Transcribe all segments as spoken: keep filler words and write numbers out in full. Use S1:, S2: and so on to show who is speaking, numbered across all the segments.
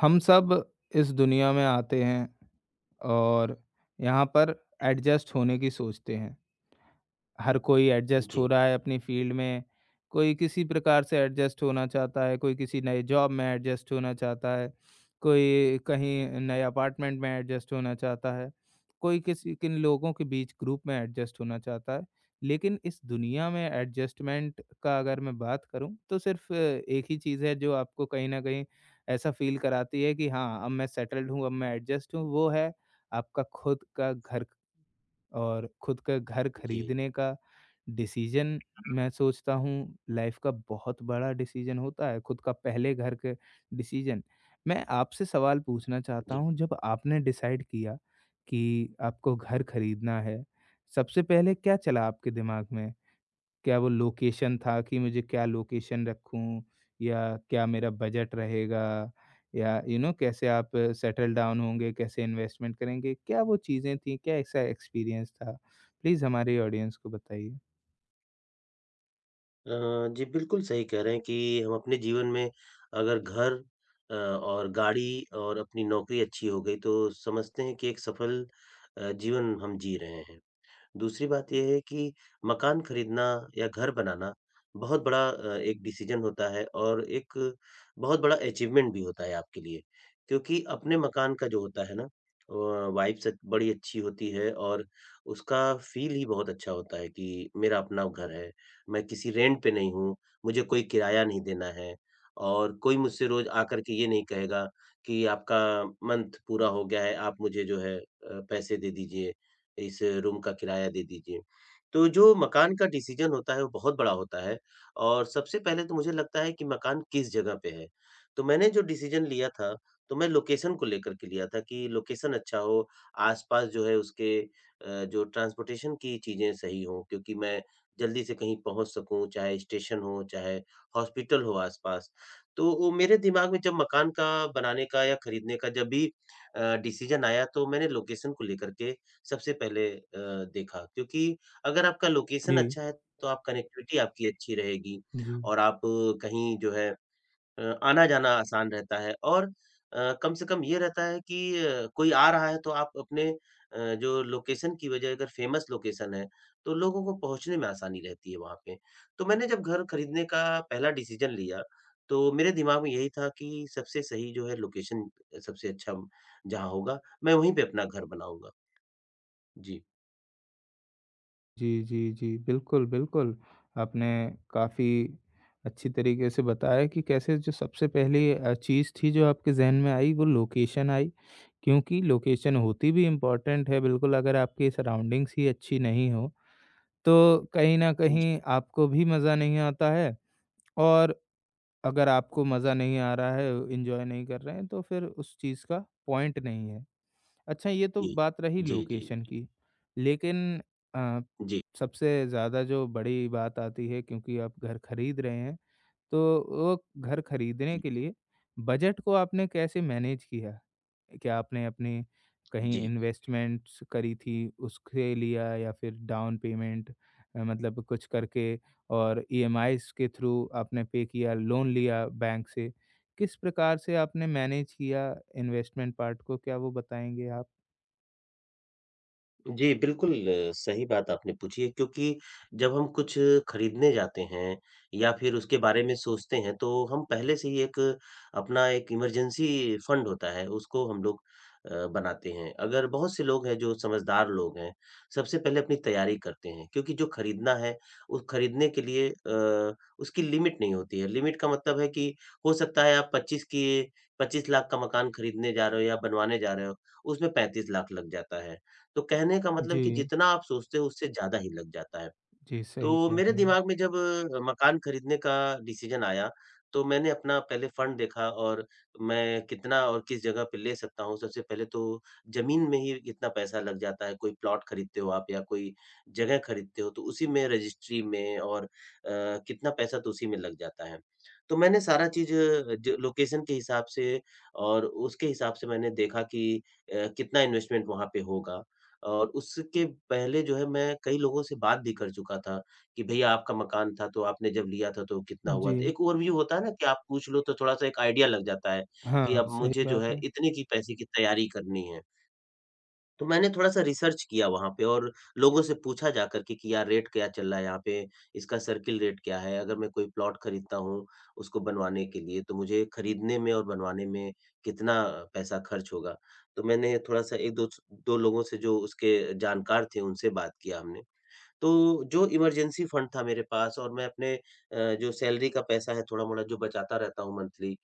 S1: हम सब इस दुनिया में आते हैं और यहाँ पर एडजस्ट होने की सोचते हैं। हर कोई एडजस्ट हो
S2: जी,
S1: रहा है अपनी फील्ड में, कोई किसी प्रकार से एडजस्ट होना चाहता है, कोई किसी नए जॉब में एडजस्ट होना चाहता है, कोई कहीं नए अपार्टमेंट में एडजस्ट होना चाहता है, कोई किसी किन लोगों के बीच ग्रुप में एडजस्ट होना चाहता है। लेकिन इस दुनिया में एडजस्टमेंट का अगर मैं बात करूँ, तो सिर्फ़ एक ही चीज़ है जो आपको कहीं न कहीं ऐसा फ़ील कराती है कि हाँ, अब मैं सेटल्ड हूँ, अब मैं एडजस्ट हूँ, वो है आपका खुद का घर। और खुद का घर
S2: जी,
S1: खरीदने का डिसीजन मैं सोचता हूँ लाइफ का बहुत बड़ा डिसीजन होता है, खुद का पहले घर के डिसीजन। मैं आपसे सवाल पूछना चाहता
S2: जी।
S1: हूँ जब आपने डिसाइड किया कि आपको घर खरीदना है, सबसे पहले क्या चला आपके दिमाग में? क्या वो लोकेशन था कि मुझे क्या लोकेशन रखूँ या क्या मेरा बजट रहेगा या यू you नो know, कैसे आप सेटल डाउन होंगे, कैसे इन्वेस्टमेंट करेंगे? क्या वो चीज़ें थी? क्या ऐसा एक्सपीरियंस था? प्लीज़ हमारे ऑडियंस को बताइए।
S2: अ, जी, बिल्कुल सही कह रहे हैं कि हम अपने जीवन में अगर घर अ, और गाड़ी और अपनी नौकरी अच्छी हो गई तो समझते हैं कि एक सफल अ, जीवन हम जी रहे हैं। दूसरी बात ये है कि मकान खरीदना या घर बनाना बहुत बड़ा अ, एक डिसीजन होता है और एक बहुत बड़ा अचीवमेंट भी होता है आपके लिए। क्योंकि अपने मकान का जो होता है ना अ, वाइब सच बड़ी अच्छी होती है और उसका फ़ील ही बहुत अच्छा होता है कि मेरा अपना घर है, मैं किसी रेंट पे नहीं हूँ, मुझे कोई किराया नहीं देना है और कोई मुझसे रोज़ आकर के ये नहीं कहेगा कि आपका मंथ पूरा हो गया है, आप मुझे जो है अ, पैसे दे दीजिए इस रूम का किराया दे दीजिए। तो जो मकान का डिसीज़न होता है वो बहुत बड़ा होता है और सबसे पहले तो मुझे लगता है कि मकान किस जगह पे है। तो मैंने जो डिसीज़न लिया था, तो मैं लोकेशन को लेकर के लिया था कि लोकेशन अच्छा हो, आस-पास जो है उसके अ, जो ट्रांसपोर्टेशन की चीज़ें सही हों क्योंकि मैं जल्दी से कहीं पहुँच सकूँ, चाहे स्टेशन हो, चाहे हॉस्पिटल हो आस-पास। तो वो मेरे दिमाग में जब मकान का बनाने का या खरीदने का जब भी अ, डिसीज़न आया तो मैंने लोकेशन को लेकर के सबसे पहले अ, देखा क्योंकि अगर आपका लोकेशन
S1: जी,
S2: अच्छा है, तो आप कनेक्टिविटी आपकी अच्छी रहेगी
S1: जी,
S2: और आप कहीं जो है अ, आना-जाना आसान रहता है और अ, कम से कम ये रहता है कि अ, कोई आ रहा है तो आप अपने अ, जो लोकेशन की वजह अगर फेमस लोकेशन है, तो लोगों को पहुँचने में आसानी रहती है वहाँ पे। तो मैंने जब घर खरीदने का पहला डिसीज़न लिया, तो मेरे दिमाग में यही था कि सबसे सही जो है लोकेशन सबसे अच्छा जहाँ होगा, मैं वहीं पे अपना घर बनाऊँगा। जी।
S1: जी, जी, जी। बिल्कुल, बिल्कुल। आपने काफ़ी अच्छी तरीके से बताया कि कैसे जो सबसे पहली अ, चीज़ थी जो आपके ज़हन में आई वो लोकेशन आई, क्योंकि लोकेशन होती भी इम्पोर्टेंट है बिल्कुल। अगर आपकी सराउंडिंग्स ही अच्छी नहीं हो तो कहीं न कहीं आपको भी मज़ा नहीं आता है और अगर आपको मज़ा नहीं आ रहा है, एन्जॉय नहीं कर रहे हैं, तो फिर उस चीज़ का पॉइंट नहीं है। अच्छा, ये तो
S2: い
S1: बात रही
S2: んげ
S1: लोकेशन की, लेकिन अ, सबसे ज़्यादा जो बड़ी बात आती है, क्योंकि आप घर खरीद रहे हैं, तो वो घर खरीदने
S2: Marc
S1: के लिए बजट को आपने कैसे मैनेज किया? क्या आपने अपने कहीं इन्वेस्टमेंट्स करी थी, उसके लिया, या फिर डाउन पेमेंट अ, मतलब कुछ करके और ईएमआईज़ के थ्रू आपने पे किया, लोन लिया बैंक से? किस प्रकार से आपने मैनेज किया इन्वेस्टमेंट पार्ट को, क्या वो बताएँगे आप?
S2: जी, बिल्कुल अ, सही बात आपने पूछी है क्योंकि जब हम कुछ खरीदने जाते हैं या फिर उसके बारे में सोचते हैं तो हम पहले से ही एक अपना एक इमरजेंसी फंड होता है उसको हम लोग अ, बनाते हैं। अगर बहुत से लोग हैं जो समझदार लोग हैं, सबसे पहले अपनी तैयारी करते हैं क्योंकि जो खरीदना है उस खरीदने के लिए अ, उसकी लिमिट नहीं होती है। लिमिट का मतलब है कि हो सकता है आप पच्चीस की 25 लाख का मकान खरीदने जा रहे हो या बनवाने जा रहे हो, उसमें 35 लाख लग जाता है। तो कहने का मतलब कि
S1: जी,
S2: जितना आप सोचते हो उससे ज़्यादा ही लग जाता है
S1: जी, सही
S2: तो
S1: कह रहे
S2: मेरे
S1: हैं।
S2: दिमाग में जब अ, मकान खरीदने का डिसीजन आया, तो मैंने अपना पहले फंड देखा और मैं कितना और किस जगह पे ले सकता हूँ। सबसे पहले तो ज़मीन में ही कितना पैसा लग जाता है, कोई प्लॉट खरीदते हो आप या कोई जगह खरीदते हो, तो उसी में रजिस्ट्री में और अ, कितना पैसा तो उसी में लग जाता है। तो मैंने सारा चीज़ ज लोकेशन के हिसाब से और उसके हिसाब से मैंने देखा कि अ, कितना इन्वेस्टमेंट वहाँ पे होगा और उसके पहले जो है मैं कई लोगों से बात भी कर चुका था कि भैया आपका मकान था, तो आपने जब लिया था तो कितना हुआ
S1: जी,
S2: था? एक ओवरव्यू होता है ना कि आप पूछ लो तो थोड़ा-सा एक आइडिया लग जाता है,
S1: हाँ,
S2: कि अब
S1: सही
S2: मुझे जो
S1: बात
S2: है
S1: है।
S2: इतने की पैसे की तैयारी करनी है। तो मैंने थोड़ा-सा रिसर्च किया वहाँ पे और लोगों से पूछा जा कर के कि यार रेट क्या चल रहा है यहाँ पे? इसका सर्किल रेट क्या है? अगर मैं कोई प्लॉट खरीदता हूँ, उसको बनवाने के लिए तो मुझे खरीदने में और बनवाने में कितना पैसा खर्च होगा? तो मैंने थोड़ा-सा एक दो स दो लोगों से जो उसके जानकार थे उनसे बात किया हमने। तो जो इमरजेंसी फंड था मेरे पास और मैं अपने अ, जो सैलरी का पैसा है थोड़ा-मोड़ा जो बचाता रहता हूँ मंथली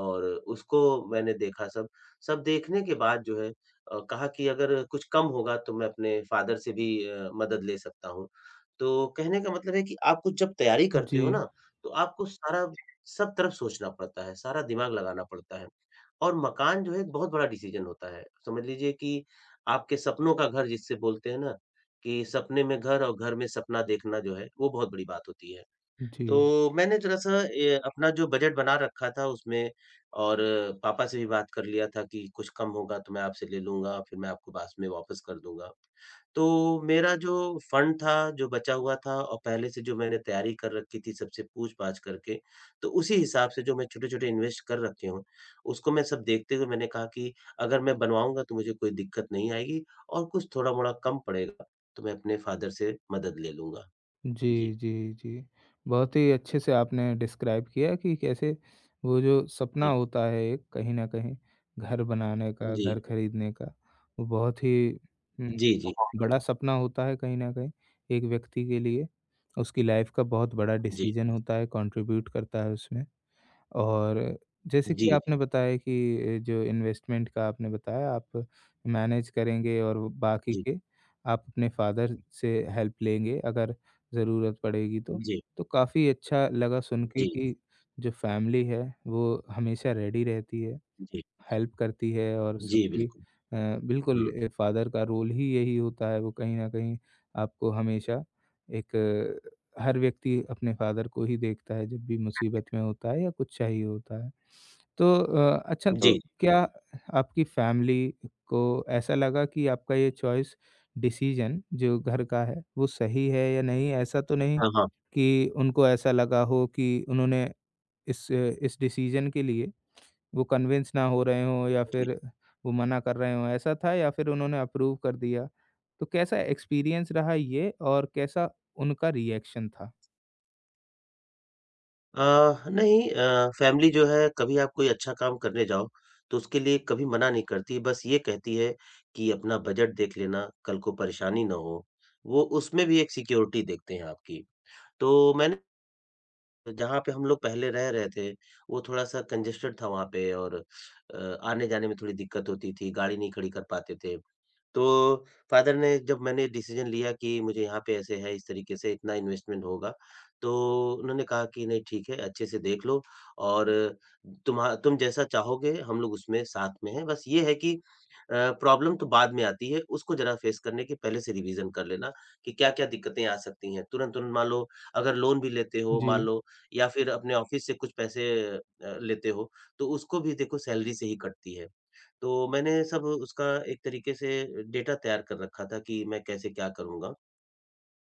S2: और उसको मैंने देखा सब। सब देखने के बाद जो है अ, कहा कि अगर कुछ कम होगा तो मैं अपने फादर से भी अ, मदद ले सकता हूँ। तो कहने का मतलब है कि आप कुछ जब तैयारी करते
S1: जी,
S2: हो ना, तो आपको सारा सब तरफ सोचना पड़ता है, सारा दिमाग लगाना पड़ता है। और मकान जो है एक बहुत बड़ा डिसीज़न होता है। समझ लीजिए कि आपके सपनों का घर जिसे बोलते हैं ना कि सपने में घर और घर में सपना देखना जो है, वो बहुत बड़ी बात होती है।
S1: जी।
S2: तो मैंने ज़रा-सा ए, अपना जो बजट बना रखा था उसमें और पापा से भी बात कर लिया था कि कुछ कम होगा तो मैं आपसे ले लूँगा, फिर मैं आपको बाद में वापस कर दूँगा। तो मेरा जो फंड था, जो बचा हुआ था और पहले से जो मैंने तैयारी कर रखी थी सबसे पूछ-पाछ करके, तो उसी हिसाब से जो मैं छोटे-छोटे इन्वेस्ट कर रखे हूँ, उसको मैं सब देखते हुए मैंने कहा कि अगर मैं बनवाऊँगा तो मुझे कोई दिक्कत नहीं आएगी और कुछ थोड़ा-मोड़ा कम पड़ेगा, तो मैं अपने फादर से मदद ले लूँगा। जी।
S1: जी, जी, जी। बहुत ही अच्छे से आपने डिस्क्राइब किया कि कैसे वो जो सपना
S2: जी।
S1: होता है एक कहीं न कहीं घर बनाने का,
S2: जी।
S1: घर खरीदने का, वो बहुत ही हुँ,
S2: जी, जी।
S1: बड़ा सपना होता है कहीं न कहीं एक व्यक्ति के लिए। उसकी लाइफ़ का बहुत बड़ा
S2: जी।
S1: डिसीज़न होता है, कंट्रीब्यूट करता है उसमें। और जैसे
S2: जी,
S1: कि
S2: जी,
S1: आपने बताया कि जो इन्वेस्टमेंट का आपने बताया आप मैनेज करेंगे और बाकी
S2: जी,
S1: के आप अपने फादर से हेल्प लेंगे अगर ज़रूरत पड़ेगी तो।
S2: जी,
S1: तो काफ़ी अच्छा लगा सुन के
S2: जी,
S1: कि जो फैमिली है वो हमेशा रेडी रहती है,
S2: जी,
S1: हेल्प करती है और
S2: जी,
S1: सबकी।
S2: बिल्कुल।
S1: अ, बिल्कुल
S2: हुँ,
S1: ए फ़ादर का रोल ही यही होता है, वो कहीं न कहीं आपको हमेशा एक, अ, हर व्यक्ति अपने फ़ादर को ही देखता है जब भी मुसीबत में होता है या कुछ चाहिए होता है। तो अ, अच्छा, तो
S2: जी,
S1: क्या आपकी फ़ैमिली को ऐसा लगा कि आपका ये चॉइस डिसीज़न जो घर का है, वो सही है या नहीं? ऐसा तो नहीं
S2: हाँ, हाँ,
S1: कि उनको ऐसा लगा हो कि उन्होंने इस इस डिसीज़न के लिए वो कन्विंस ना हो रहे हों, या
S2: जी।
S1: फिर वो मना कर रहे हों, ऐसा था, या फिर उन्होंने अप्रूव कर दिया? तो कैसा एक्सपीरियंस रहा ये और कैसा उनका रिएक्शन था?
S2: अ, नहीं अ, फैमिली जो है कभी आप कोई अच्छा काम करने जाओ, तो उसके लिए कभी मना नहीं करती, बस ये कहती है कि अपना बजट देख लेना, कल को परेशानी ना हो। वो उसमें भी एक सिक्योरिटी देखते हैं आपकी। तो मैंने जहाँ पे हम लोग पहले रह रहे थे, वो थोड़ा-सा कंजेस्टेड था वहाँ पे और अ, आने-जाने में थोड़ी दिक्कत होती थी, गाड़ी नहीं खड़ी कर पाते थे। तो फादर ने जब मैंने डिसीजन लिया कि मुझे यहाँ पे ऐसे है, इस तरीके से इतना इन्वेस्टमेंट होगा, तो उन्होंने कहा कि नहीं ठीक है, अच्छे से देख लो और तुम्हा तुम जैसा चाहोगे हम लोग उसमें साथ में हैं। बस ये है कि अ, प्रॉब्लम तो बाद में आती है, उसको ज़रा फेस करने के पहले से रिवीज़न कर लेना कि क्या-क्या दिक्कतें आ सकती हैं। तुरंत-तुरंत मान लो अगर लोन भी लेते हो मान
S1: जी,
S2: लो या फिर अपने ऑफ़िस से कुछ पैसे अ, लेते हो, तो उसको भी देखो सैलरी से ही कटती है। तो मैंने सब उसका एक तरीके से डेटा तैयार कर रखा था कि मैं कैसे क्या करूँगा।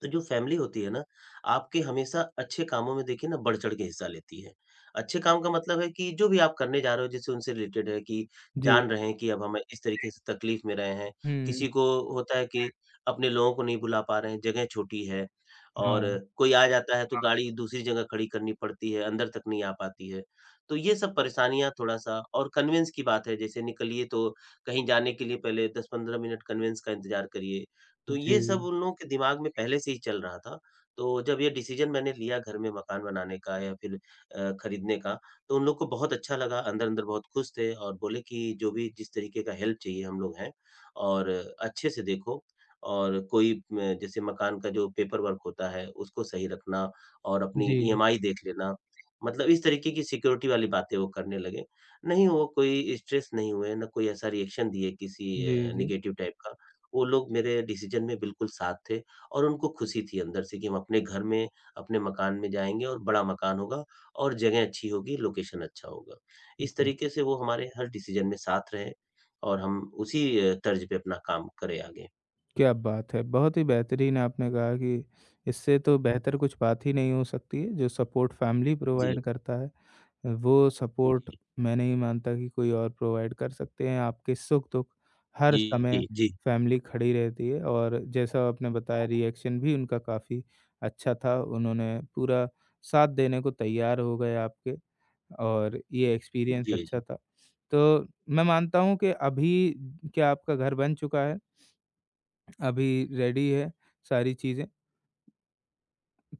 S2: तो जो फैमिली होती है ना, आपके हमेशा अच्छे कामों में देखिए ना बढ़-चढ़ के हिस्सा लेती है। अच्छे काम का मतलब है कि जो भी आप करने जा रहे हो जिससे उनसे रिलेटेड है कि
S1: जी।
S2: जान रहे हैं कि अब हम इस तरीके से तकलीफ में रहे हैं।
S1: हुँ।
S2: किसी को होता है कि अपने लोगों को नहीं बुला पा रहे हैं, जगह छोटी है और
S1: हाँ।
S2: कोई आ जाता है तो हाँ। गाड़ी दूसरी जगह खड़ी करनी पड़ती है, अंदर तक नहीं आ पाती है। तो ये सब परेशानियाँ थोड़ा-सा और कन्वेंस की बात है जैसे निकलिए तो कहीं जाने के लिए पहले 10-15 मिनट कन्वेंस का इंतज़ार करिए। तो ये सब
S1: जी,
S2: उन लोगों के दिमाग में पहले से ही चल रहा था। तो जब ये डिसीज़न मैंने लिया घर में मकान बनाने का या फिर अ, खरीदने का, तो उन लोग को बहुत अच्छा लगा, अंदर-अंदर बहुत खुश थे और बोले कि जो भी जिस तरीके का हेल्प चाहिए हम लोग हैं और अच्छे से देखो और कोई म जैसे मकान का जो पेपर वर्क होता है, उसको सही रखना और अपनी
S1: जी,
S2: ईएमआई देख लेना। मतलब इस तरीके की सिक्योरिटी वाली बातें वो करने लगे। नहीं वो कोई स्ट्रेस नहीं हुए, ना कोई ऐसा रिएक्शन दिए किसी
S1: जी,
S2: अ,
S1: जी।
S2: नेगेटिव टाइप का। वो लोग मेरे डिसीज़न में बिल्कुल साथ थे और उनको खुशी थी अंदर से कि हम अपने घर में, अपने मकान में जाएँगे और बड़ा मकान होगा और जगह अच्छी होगी, लोकेशन अच्छा होगा। इस
S1: जी।
S2: तरीके से वो हमारे हर डिसीज़न में साथ रहे और हम उसी अ, तर्ज पे अपना काम करें आगे।
S1: क्या बात है! बहुत ही बेहतरीन आपने कहा कि इससे तो बेहतर कुछ बात ही नहीं हो सकती है, जो सपोर्ट फैमिली
S2: जी,
S1: प्रोवाइड करता है। वो सपोर्ट
S2: जी,
S1: मैं नहीं मानता कि कोई और प्रोवाइड कर सकते हैं, आपके सुख-दुख हर
S2: जी,
S1: समय
S2: जी,
S1: फैमिली खड़ी रहती है और जैसा आपने बताया रिएक्शन भी उनका काफ़ी अच्छा था, उन्होंने पूरा साथ देने को तैयार हो गए आपके, और ये एक्सपीरियंस
S2: जी,
S1: अच्छा
S2: जी।
S1: था। तो मैं मानता हूँ कि अभी क्या आपका घर बन चुका है? अभी रेडी है सारी चीज़ें?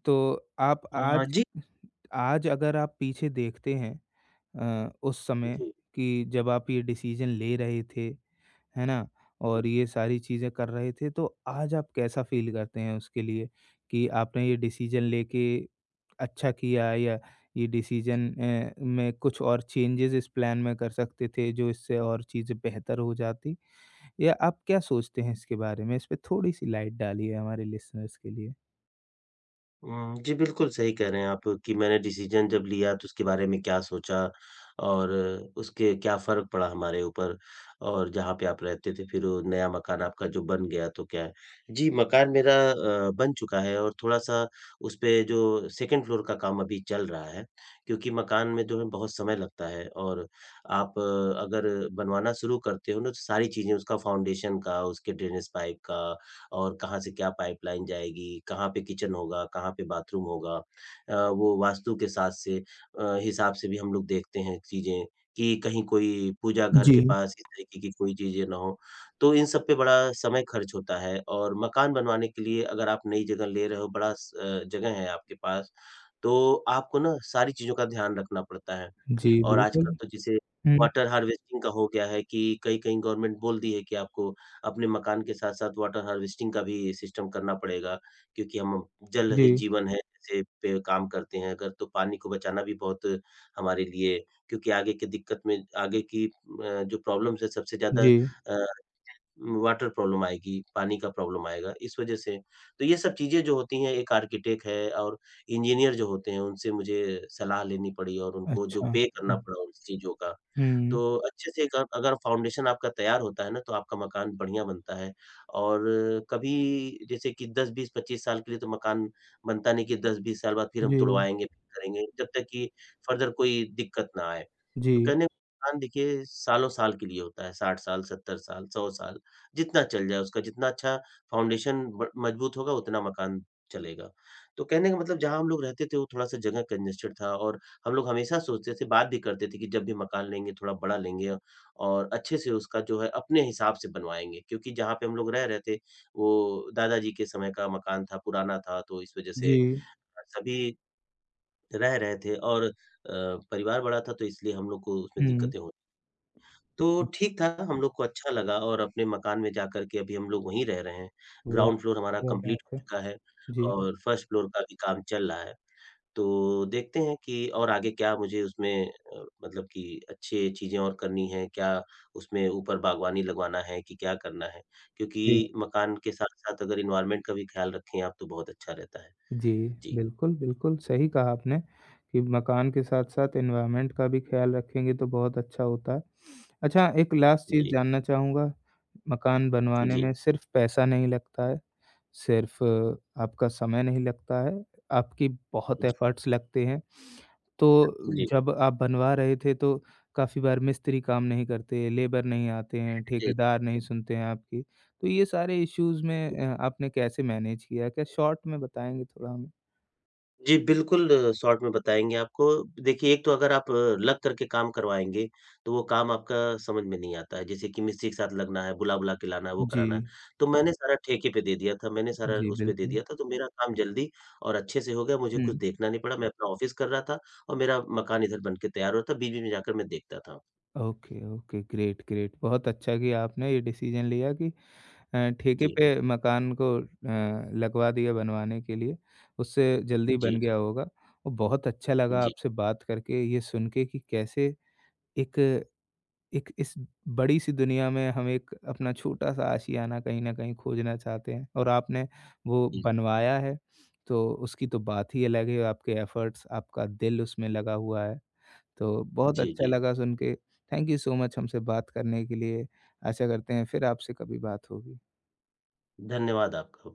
S1: तो आप
S2: अ,
S1: आज
S2: जी,
S1: आज अगर आप पीछे देखते हैं अ, उस समय
S2: जी।
S1: कि जब आप ये डिसीज़न ले रहे थे, है ना? और ये सारी चीज़ें कर रहे थे, तो आज आप कैसा फ़ील करते हैं उसके लिए कि आपने ये डिसीज़न लेके अच्छा किया, या ये डिसीज़न अ, में कुछ और चेंजेज़ इस प्लान में कर सकते थे, जो इससे और चीज़ें बेहतर हो जाती? या आप क्या सोचते हैं इसके बारे में? इस पे थोड़ी-सी लाइट डालिए हमारे लिसनर्स के लिए।
S2: हुँ, जी, बिल्कुल सही कह रहे हैं आप कि मैंने डिसीज़न जब लिया तो उसके बारे में क्या सोचा और उसके क्या फ़र्क पड़ा हमारे ऊपर और जहाँ पे आप रहते थे फिर वो नया मकान आपका जो बन गया तो क्या है। जी, मकान मेरा अ, बन चुका है और थोड़ा-सा उसपे जो सेकंड फ्लोर का काम अभी चल रहा है, क्योंकि मकान में जो है बहुत समय लगता है और आप अ, अगर बनवाना शुरू करते हो ना तो सारी चीज़ें उसका फाउंडेशन का, उसके ड्रेनेज पाइप का और कहाँ से क्या पाइपलाइन जाएगी, कहाँ पे किचन होगा, कहाँ पे बाथरूम होगा। अ, वो वास्तु के साथ से अ, हिसाब से भी हम लोग देखते हैं चीज़ें कि कहीं कोई पूजा घर के
S1: जी,
S2: पास इस तरीके की कोई चीज़ें ना हो। तो इन सब पे बड़ा समय खर्च होता है और मकान बनवाने के लिए अगर आप नई जगह ले रहे हो, बड़ा स अ, जगह है आपके पास, तो आपको ना सारी चीज़ों का ध्यान रखना पड़ता है।
S1: जी,
S2: और
S1: बिल्कुल।
S2: आजकल तो जैसे
S1: हुँ,
S2: वाटर हार्वेस्टिंग का हो गया है कि कहीं-कहीं गवर्नमेंट बोल दी है कि आपको अपने मकान के साथ-साथ वाटर हार्वेस्टिंग का भी सिस्टम करना पड़ेगा, क्योंकि हम जल है
S1: जी,
S2: जीवन है ऐसे पे काम करते हैं अगर तो पानी को बचाना भी बहुत हमारे लिए क्योंकि आगे की दिक्कत में आगे की अ, जो प्रॉब्लम्स है सबसे ज़्यादा
S1: जी।
S2: अ वाटर प्रॉब्लम आएगी, पानी का प्रॉब्लम आएगा, इस वजह से। तो ये सब चीज़ें जो होती हैं, एक आर्किटेक्ट है और इंजीनियर जो होते हैं, उनसे मुझे सलाह लेनी पड़ी और उनको जो
S1: अच्छा।
S2: पे करना
S1: हुँ,
S2: पड़ा उन चीज़ों का,
S1: हुँ,
S2: तो अच्छे से एक आप अगर फाउंडेशन आपका तैयार होता है ना, तो आपका मकान बढ़िया बनता है और कभी जैसे कि दस, बीस, पच्चीस साल के लिए तो मकान बनता नहीं कि दस बीस साल बाद फिर हम
S1: जी।
S2: तुड़वाएँगे, फिर करेंगे, जब तक कि फर्दर कोई दिक्कत ना आए। तो
S1: जी,
S2: कहने का मकान देखिए सालों-साल के लिए होता है, साठ साल, सत्तर साल, सौ साल, जितना चल जाए उसका जितना अच्छा फाउंडेशन ब मजबूत होगा उतना मकान चलेगा। तो कहने का मतलब जहाँ हम लोग रहते थे, वो थोड़ा-सा जगह कंजेस्टेड था और हम लोग हमेशा सोचते थे, बात भी करते थे कि जब भी मकान लेंगे थोड़ा बड़ा लेंगे और अच्छे से उसका जो है अपने हिसाब से बनवाएँगे। क्योंकि जहाँ पे हम लोग रह रहे थे, वो दादाजी के समय का मकान था, पुराना था तो इस वज़ह
S1: जी।
S2: से सभी रह रहे थे और अ, परिवार बड़ा था तो इसलिए हम लोग को उसमें
S1: हुँ।
S2: दिक्कतें हो तो ठीक था, हम लोग को अच्छा लगा और अपने मकान में जाकर के अभी हम लोग वहीं रह रहे हैं।
S1: वाह!
S2: ग्राउंड फ्लोर हमारा
S1: क्या बात
S2: कंप्लीट हो
S1: है।
S2: चुका है
S1: जी,
S2: और फर्स्ट फ्लोर का भी काम चल रहा है। तो देखते हैं कि और आगे क्या मुझे उसमें अ, मतलब कि अच्छी चीज़ें और करनी हैं, क्या उसमें ऊपर बागवानी लगवाना है कि क्या करना है?
S1: जी,
S2: क्योंकि मकान के साथ-साथ अगर एनवायरनमेंट का भी ख्याल रखें आप तो बहुत अच्छा रहता है।
S1: जी।
S2: जी,
S1: बिल्कुल, बिल्कुल सही कहा आपने कि मकान के साथ-साथ एनवायरनमेंट का भी ख़्याल रखेंगे तो बहुत अच्छा होता है। अच्छा, एक लास्ट चीज़
S2: जी,
S1: जानना चाहूँगा, मकान बनवाने में
S2: जी,
S1: सिर्फ़ पैसा नहीं लगता है। सिर्फ़ आपका समय नहीं लगता है, आपकी बहुत
S2: जी,
S1: एफ़र्ट्स लगते हैं। तो
S2: जी,
S1: जब आप बनवा रहे थे तो काफ़ी बार मिस्त्री काम नहीं करते, लेबर नहीं आते हैं,
S2: जी,
S1: ठेकेदार
S2: जी।
S1: नहीं सुनते हैं आपकी। तो ये सारे इश्यूज़ में अ, आपने कैसे मैनेज किया? क्या शॉर्ट में बताएँगे थोड़ा हमें?
S2: जी, बिल्कुल अ, शॉर्ट में बताएँगे आपको। देखिए, एक तो अगर आप लग करके काम करवाएँगे, तो वो काम आपका समझ में नहीं आता है। जैसे कि मिस्त्री के साथ लगना है, बुला-बुला के लाना है, वो कराना है।
S1: जी,
S2: तो मैंने सारा ठेके पे दे दिया था, मैंने सारा
S1: जी
S2: उस पे दे
S1: बिल्कुल।
S2: दिया था, तो मेरा काम जल्दी और अच्छे से हो गया, मुझे कुछ
S1: हुँ।
S2: देखना नहीं पड़ा। मैं अपना ऑफ़िस कर रहा था और मेरा मकान इधर बन के तैयार हो रहा था, बीच-बीच में जाकर मैं देखता था।
S1: Okay, okay, great, great. बहुत अच्छा कि आपने ये डिसीज़न लिया कि अ, ठेके
S2: जी,
S1: पे मकान को अ, लगवा दिया बनवाने के लिए, उससे जल्दी
S2: जी,
S1: बन गया होगा। और बहुत अच्छा लगा
S2: जी,
S1: आपसे बात करके, ये सुन के कि कैसे एक एक इस बड़ी-सी दुनिया में हम एक अपना छोटा-सा आशियाना कहीं न कहीं खोजना चाहते हैं और आपने वो
S2: जी,
S1: बनवाया है, तो उसकी तो बात ही अलग है। आपके एफ़र्ट्स, आपका दिल उसमें लगा हुआ है, तो बहुत
S2: जी,
S1: अच्छा
S2: जी।
S1: लगा सुन के। थैंक यू सो मच हमसे बात करने के लिए। आशा करते हैं फिर आपसे कभी बात होगी।
S2: धन्यवाद आपका।